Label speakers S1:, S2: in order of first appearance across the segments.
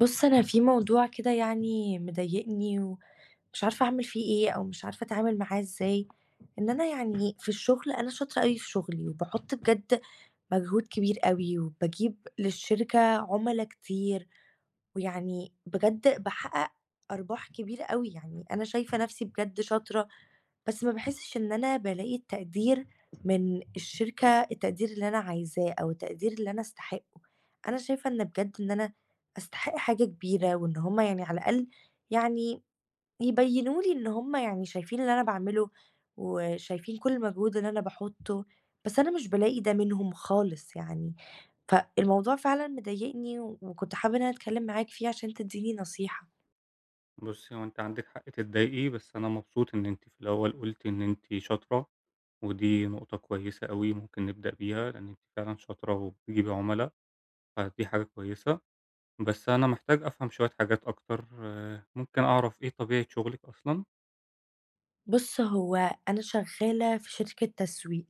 S1: بُص، أنا في موضوع كده يعني مضايقني ومش عارفة أعمل فيه إيه، أو مش عارفة أتعامل معاه إزاي، إن أنا يعني في الشغل أنا شاطرة أوي في شغلي، وباحط بجد مجهود كبير أوي، وباجيب للشركة عُملا كتير، ويعني بجد باحقق أرباح كبيرة أوي، يعني أنا شايفة نفسي بجد شاطرة، بس ما باحسّش إن أنا بالاقي التقدير من الشركة، التقدير اللي أنا عايزاه أو التقدير اللي أنا أستحقه. أنا شايفة إن بجد إن أنا أستحق حاجة كبيرة وإن هم يعني على الأقل يعني يبيّنوا لي إن هم يعني شايفين اللي أنا باعمله وشايفين كل المجهود اللي أنا باحُطّه، بس أنا مش بالاقي ده منهم خالص يعني. فالموضوع فعلًا مضايقني وكنت حابة إن أنا أتكلّم معاك فيه عشان تدّيني نصيحة.
S2: بُصّي، هو أنتِ عندِك حق تتضايقي، بس أنا مبسوط إن أنتِ في الأول قُلتِ إن أنتِ شاطرة، ودي نقطة كويسة أوي ممكن نبدأ بيها، لإن أنتِ فعلًا شاطرة وبتجيبي عُملا، فدي حاجة كويسة. بس أنا محتاج أفهم شوية حاجات أكتر، ممكن أعرف إيه طبيعة شغلِك أصلًا؟
S1: بُص، هو أنا شغّالة في شركة تسويق.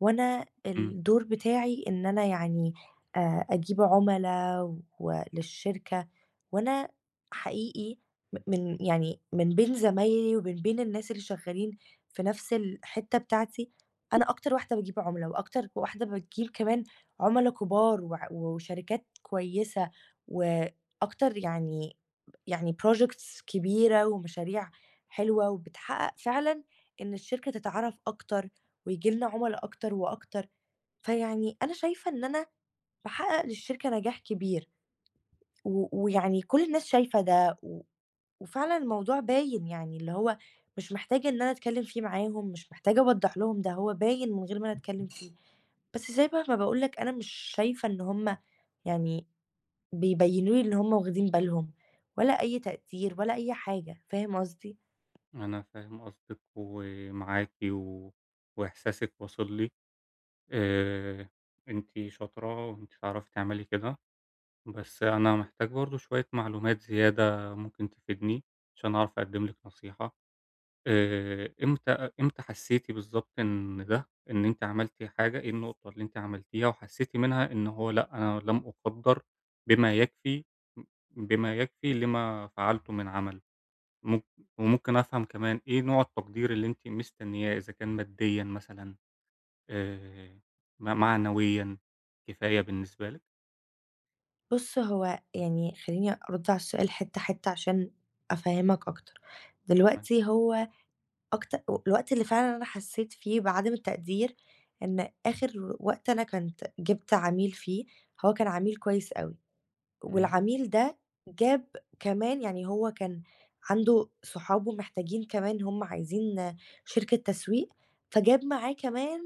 S1: وأنا
S2: إمم،
S1: الدور بتاعي إن أنا يعني أجيب عُملا وللشركة، وأنا حقيقي من يعني من بين زمايلي ومن بين الناس اللي شغالين في نفس الحتّة بتاعتي، أنا أكتر واحدة باجيب عُملا، وأكتر واحدة بتجيب كمان عُملا كبار وشركات كويسة، وأكتر يعني projects كبيرة ومشاريع حلوة، وبتحقق فعلًا إن الشركة تتعرف أكتر وييجي لنا عُملا أكتر وأكتر، فيعني أنا شايفة إن أنا باحقق للشركة نجاح كبير، و ويعني كل الناس شايفة ده، و وفعلًا الموضوع باين يعني اللي هو مش محتاجة إن أنا أتكلّم فيه معاهم، مش محتاجة أوضّح لهم ده، هو باين من غير ما أنا أتكلّم فيه، بس زي بقى ما باقول لك أنا مش شايفة إن هُم يعني بيبيّنوا لي إن هُم واخدين بالهم، ولا أي تقدير ولا أي حاجة، فاهم قصدي؟
S2: أنا فاهم قصدِك ومعاكِ و وإحساسِك واصل لي، آآ، أنتِ شاطرة وأنتِ تعرفي تعملي كده. بس أنا محتاج برضه شوية معلومات زيادة ممكن تفيدني عشان أعرف أقدّم لِك نصيحة، آآ إمتى إمتى حسّيتِ بالضبط إن أنتِ عملتِ حاجة، إيه النقطة اللي أنتِ عملتيها وحسّيتِ منها إن هو لأ، أنا لم أُقدّر بما يكفي بما يكفي لما فعلته من عمل، مم وممكن أفهم كمان إيه نوع التقدير اللي أنتِ مستنياه، إذا كان ماديًا مثلًا آآ م معنويًا، كفاية بالنسبة لِك؟
S1: بُص، هو يعني خلّيني أرُد على السؤال حتّة، حتّة عشان أفهّمك أكتر. دلوقتي هو الوقت اللي فعلًا أنا حسّيت فيه بعدم التقدير، إن آخر وقت أنا كنت جِبت عميل فيه، هو كان عميل كويس أوي،
S2: إمم،
S1: والعميل ده جاب كمان يعني هو كان عنده صحابه محتاجين كمان هم عايزين شركة تسويق، فجاب معاه كمان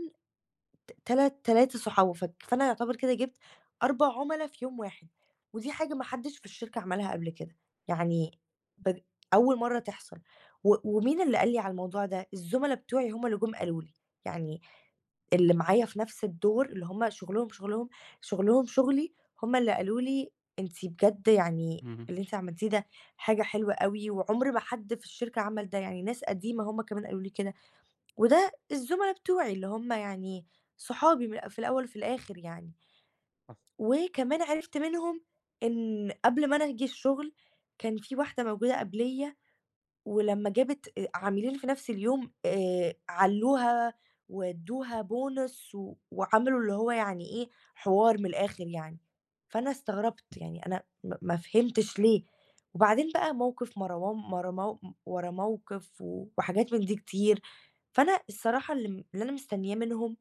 S1: تلات 3 صحابه فأنا يعتبر كده جِبت 4 عُملا في يوم واحد، ودي حاجة ما حدش في الشركة عملها قبل كده، يعني بج أول مرّة تحصل، و ومين اللي قال لي على الموضوع ده؟ الزُملا بتوعي هُم اللي جُم قالوا لي، يعني اللي معايا في نفس الدور اللي هُم شُغلهم شُغلي، هُم اللي قالوا لي أنتِ بجد يعني
S2: إمم،
S1: اللي أنتِ عملتيه ده حاجة حلوة أوي، وعُمر ما حد في الشركة عمل ده، يعني ناس قديمة هُم كمان قالوا لي كده. وده الزملا بتوعي اللي هم يعني صحابي من في الأول وفي الآخر يعني.
S2: حصل،
S1: وكمان عرفت منهم إن قبل ما أنا أجي الشغل، كان في واحدة موجودة قبليّا ولمّا جابت عاملين في نفس اليوم علّوها وادّوها bonus و وعملوا اللي هو يعني إيه، حوار من الآخر يعني. فأنا استغربت، يعني أنا ما فهمتش ليه. وبعدين بقى موقف مروان مر مو ورا موقف و وحاجات من دي كتير، فأنا الصراحة اللي أنا مستنياه منهم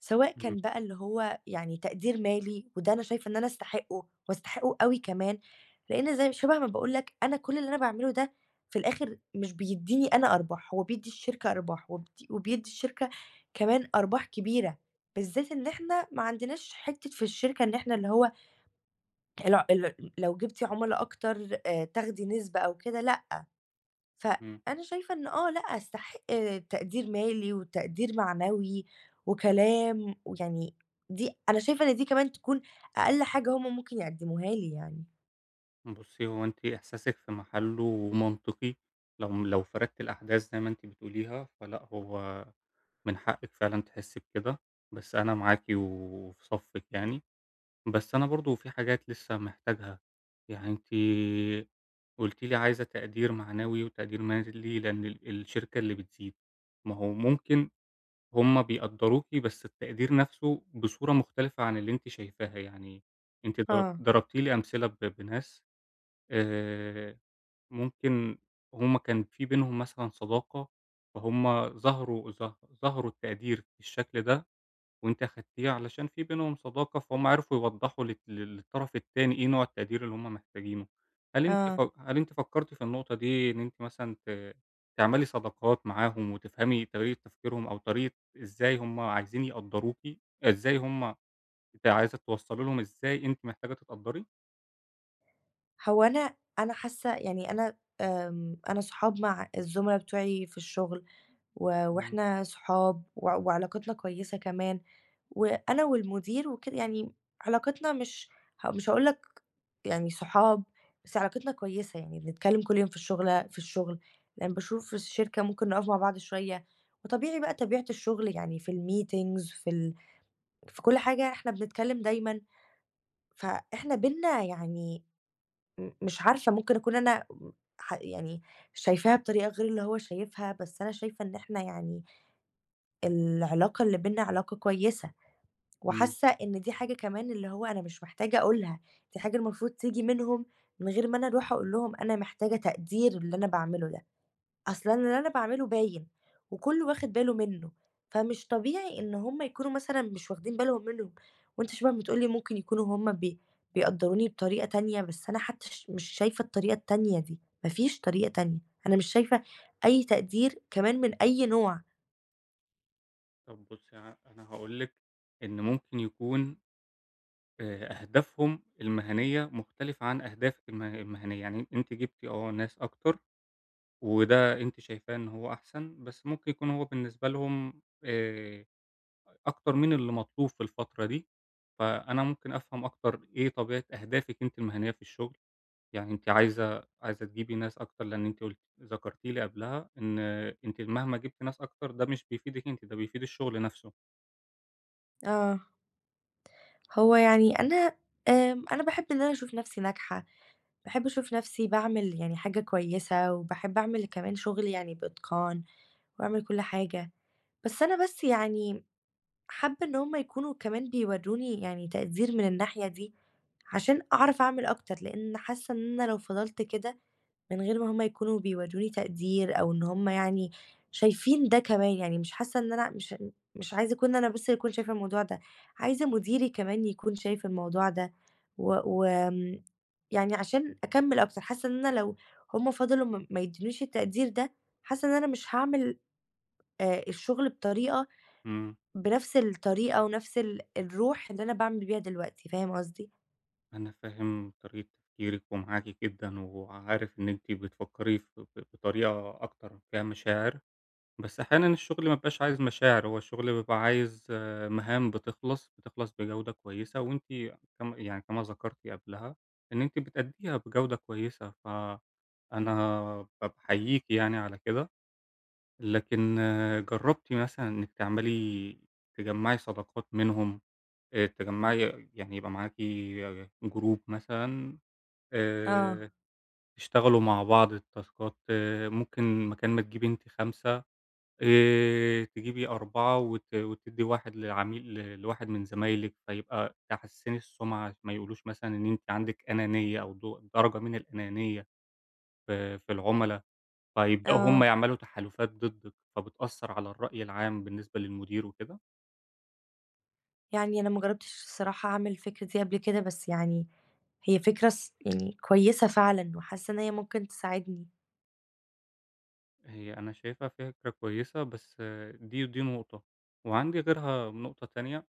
S1: سواء
S2: إمم.
S1: كان بقى اللي هو يعني تقدير مالي، وده أنا شايفة إن أنا أستحقه، وأستحقه أوي كمان، لإن زي شبه ما باقول لك أنا كل اللي أنا باعمله ده في الآخر مش بيدّيني أنا أرباح، هو بيدّي الشركة أرباح، وبدي وبيدّي الشركة كمان أرباح كبيرة، بالذات إن إحنا ما عندناش حتّة في الشركة إن إحنا اللي هو الع ال لو جبتِ عُملا أكتر تاخدي نسبة أو كده لأ،
S2: إمم.
S1: فأنا شايفة إن لأ، أستحق تقدير مالي وتقدير معنوي وكلام، ويعني دي أنا شايفة إن دي كمان تكون أقل حاجة هُم ممكن يقدموها لي يعني.
S2: بُصّي، هو أنتِ إحساسِك في محله ومنطقي، لو فردتِ الأحداث زي ما أنتِ بتقوليها، فلأ هو من حقِّك فعلًا تحسّي بكده، بس أنا معاكِ وفي صفِّك يعني، بس أنا برضه في حاجات لسه محتاجها. يعني أنتِ قُلتِ لي عايزة تقدير معنوي وتقدير مالي لأن الشركة اللي بتزيد، ما هو ممكن هُم بيقدّروكِ بس التقدير نَفْسه بصورة مختلفة عن اللي أنتِ شايفاها، يعني أنتِ
S1: آه،
S2: ضربتِ لي أمثلة بناس آآ ممكن هم كان في بينهم مثلًا صداقة، فهُم ظهروا التقدير بالشكل ده، وأنتِ أخدتيه علشان في بينهم صداقة، فهُم عرفوا يوضّحوا للطرف التاني إيه نوع التقدير اللي هم محتاجينه.
S1: آه.
S2: هل أنتِ فكرتِ في النقطة دي إن أنتِ مثلًا تعملي صداقات معاهم وتفهمي طريقة تفكيرهم أو طريقة إزاي هم عايزين يقدّروكِ، إزاي هم أنتِ عايزة توصّلي لهم إزاي أنتِ محتاجة تتقدّري؟
S1: هو أنا حاسة يعني أنا صحاب مع الزملا بتوعي في الشغل، و
S2: إمم.
S1: وإحنا صحاب و وعلاقتنا كويسة كمان، وأنا والمدير وكده يعني علاقتنا مش هاقول لك يعني صحاب، بس علاقتنا كويسة، يعني بنتكلّم كل يوم في الشغل، لإن باشوف في الشركة ممكن نقف مع بعض شوية، وطبيعي بقى طبيعة الشغل يعني في الmeetings في كل حاجة إحنا بنتكلّم دايمًا، فإحنا بيننا يعني مش عارفة ممكن أكون أنا م ح يعني شايفاها بطريقة غير اللي هو شايفها، بس أنا شايفة إن إحنا يعني العلاقة اللي بيننا علاقة كويسة.
S2: إمم.
S1: وحاسة إن دي حاجة كمان اللي هو أنا مش محتاجة أقولها، دي حاجة المفروض تيجي منهم من غير ما أنا أروح أقول لهم أنا محتاجة تقدير للي أنا باعمله ده، أصل أنا اللي أنا باعمله باين وكله واخد باله منه، فمش طبيعي إن هم يكونوا مثلًا مش واخدين بالهم منه، وأنت شبه بتقول لي ممكن يكونوا هم بيقدروني بطريقة تانية، بس أنا حتى مش شايفة الطريقة التانية دي، ما فيش طريقة تانية، أنا مش شايفة أي تقدير كمان من أي نوع.
S2: طب بُصّي، أنا هاقول لِك إن ممكن يكون أهدافهم المهنية مختلفة عن أهدافِك المهنية، يعني أنتِ جِبتِ ناس أكتر، وده أنتِ شايفاه إن هو أحسن، بس ممكن يكون هو بالنسبة لهم أكتر من اللي مطلوب في الفترة دي، فأنا ممكن أفهم أكتر إيه طبيعة أهدافِك أنتِ المهنية في الشغل، يعني أنتِ عايزة تجيبي ناس أكتر لإن أنتِ ذكرتِ لي قبلها إن أنتِ مهما جِبتِ ناس أكتر ده مش بيفيدِك أنتِ، ده بيفيد الشغل نفسه.
S1: آه. هو يعني أنا باحب إن أنا أشوف نفسي ناجحة، باحب أشوف نفسي باعمل يعني حاجة كويسة، وباحب أعمل كمان شغلي يعني بإتقان، وأعمل كل حاجة، بس أنا يعني حابة إن هُم يكونوا كمان بيورّوني يعني تقدير من الناحية دي، عشان أعرف أعمل أكتر، لإن حاسة إن أنا لو فضلت كده من غير ما هم يكونوا بيورّوني تقدير أو إن هم يعني شايفين ده كمان، يعني مش حاسة إن أنا مش عايزة أكون أنا بس اللي أكون شايفة الموضوع ده، عايزة مديري كمان يكون شايف الموضوع ده، و يعني عشان أكمّل أكتر، حاسة إن أنا لو هم فضلوا ما يدّونيش التقدير ده، حاسة إن أنا مش هاعمل الشغل
S2: إمم.
S1: بنفس الطريقة ونفس الروح اللي أنا باعمل بيها دلوقتي، فاهم قصدي؟
S2: أنا فاهم طريقة تفكيرِك ومعاكِ جدًا، وعارف إن أنتِ بتفكّري ف ب بطريقة أكتر فيها مشاعر، بس أحيانًا الشغل ما بيبقاش عايز مشاعر، هو الشغل بيبقى عايز مهام بتخلص، بجودة كويسة، وأنتِ يعني كما ذكرتِ قبلها إن أنتِ بتأدّيها بجودة كويسة، فأنا باحييكِ يعني على كده، لكن جرّبتِ مثلًا إنِّك تجمّعي صداقات منهم، تجمّعي يعني يبقى معاكِ Group مثلًا؟
S1: آه،
S2: آآ، تشتغلوا مع بعض التاسكات ممكن مكان ما تجيبي أنتِ 5 تجيبي 4 وتدّي 1 لعميل لواحد من زمايلِك، فيبقى تحسّني السمعة، ما يقولوش مثلًا إن أنتِ عندِك أنانية أو درجة من الأنانية في العُملا، فيبدؤوا هم
S1: آه.
S2: يعملوا تحالفات ضدِّك، فبتأثّر على الرأي العام بالنسبة للمدير وكده.
S1: يعني أنا ما جرّبتش الصراحة أعمل الفكرة دي قبل كده، بس يعني هي فكرة يعني كويسة فعلًا، وحاسة إن هي ممكن تساعدني.
S2: هي أنا شايفها فكرة كويسة، بس دي نقطة، وعندي غيرها نقطة تانية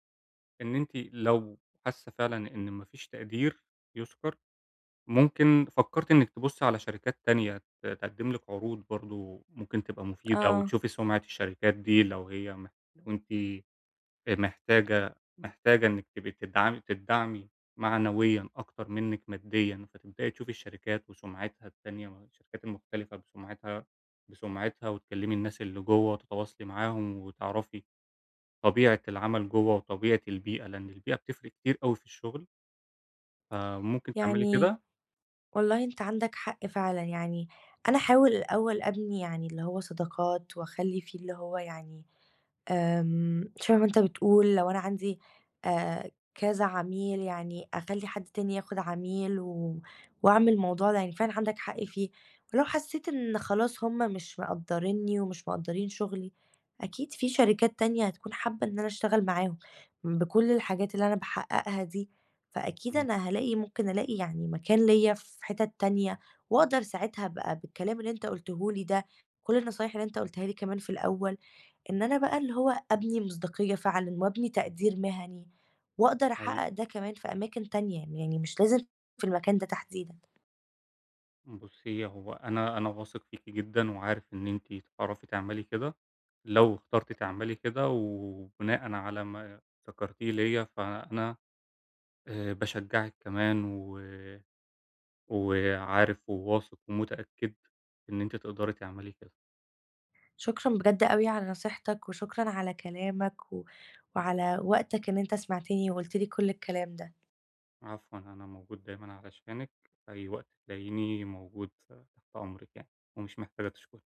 S2: إن أنتِ لو حاسة فعلًا إن ما فيش تقدير يُذكر، ممكن فكّرتِ إنِّك تبُصّي على شركات تانية تقدّم لِك عروض برضه ممكن تبقى مفيدة،
S1: آه،
S2: وتشوفي سُمعة الشركات دي لو هي مح لو أنتِ محتاجة إنِّك تبقي تدعمي معنويًا أكتر منِّك ماديًا، فتبدئي تشوفي الشركات وسُمعتها التانية ما الشركات المختلفة بسُمعتها وتكلّمي الناس اللي جوّه وتتواصلي معاهم وتعرفي طبيعة العمل جوّه وطبيعة البيئة، لإن البيئة بتفرق كتير أوي في الشغل، فممكن تعملي
S1: يعني
S2: كده.
S1: والله أنت عندك حق فعلًا، يعني أنا أحاول الأول أبني يعني اللي هو صداقات، وأخلّي في اللي هو يعني شبه ما أنت بتقول لو أنا عندي كذا عميل يعني أخلّي حد تاني ياخد عميل و وأعمل الموضوع ده يعني فعلًا عندك حق فيه، ولو حسيت إن خلاص هُم مش مقدّرينّي ومش مقدّرين شغلي، أكيد في شركات تانية هتكون حابة إن أنا أشتغل معاهم، بكل الحاجات اللي أنا باحققها دي، فأكيد
S2: إمم،
S1: أنا هالاقي ممكن ألاقي يعني مكان ليّا في حتت تانية، وأقدر ساعتها أبقى بالكلام اللي أنت قُلته لي ده، كل النصايح اللي أنت قُلتها لي كمان في الأول، إن أنا بقى اللي هو أبني مصداقية فعلًا وأبني تقدير مهني، وأقدر
S2: حقيقي.
S1: أحقق ده كمان في أماكن تانية، يعني مش لازم في المكان ده تحديدًا.
S2: بُصّي، هو أنا واثق فيكِ جدًا وعارف إن أنتِ تعرفي تعملي كده، لو اخترتِ تعملي كده وبناءً على ما ذكرتيه ليّا، فأنا باشجّعِك كمان وعارف وواثق ومتأكد إن أنتِ تقدري تعملي كده.
S1: شكرًا بجد أوي على نصيحتك وشكرًا على كلامك و وعلى وقتك إن أنت سمعتني وقُلت لي كل الكلام ده.
S2: عفوًا، أنا موجود دايمًا علشانِك، في أي وقت تلاقيني موجود تحت أمرِك يعني، ومش محتاجة تشكري.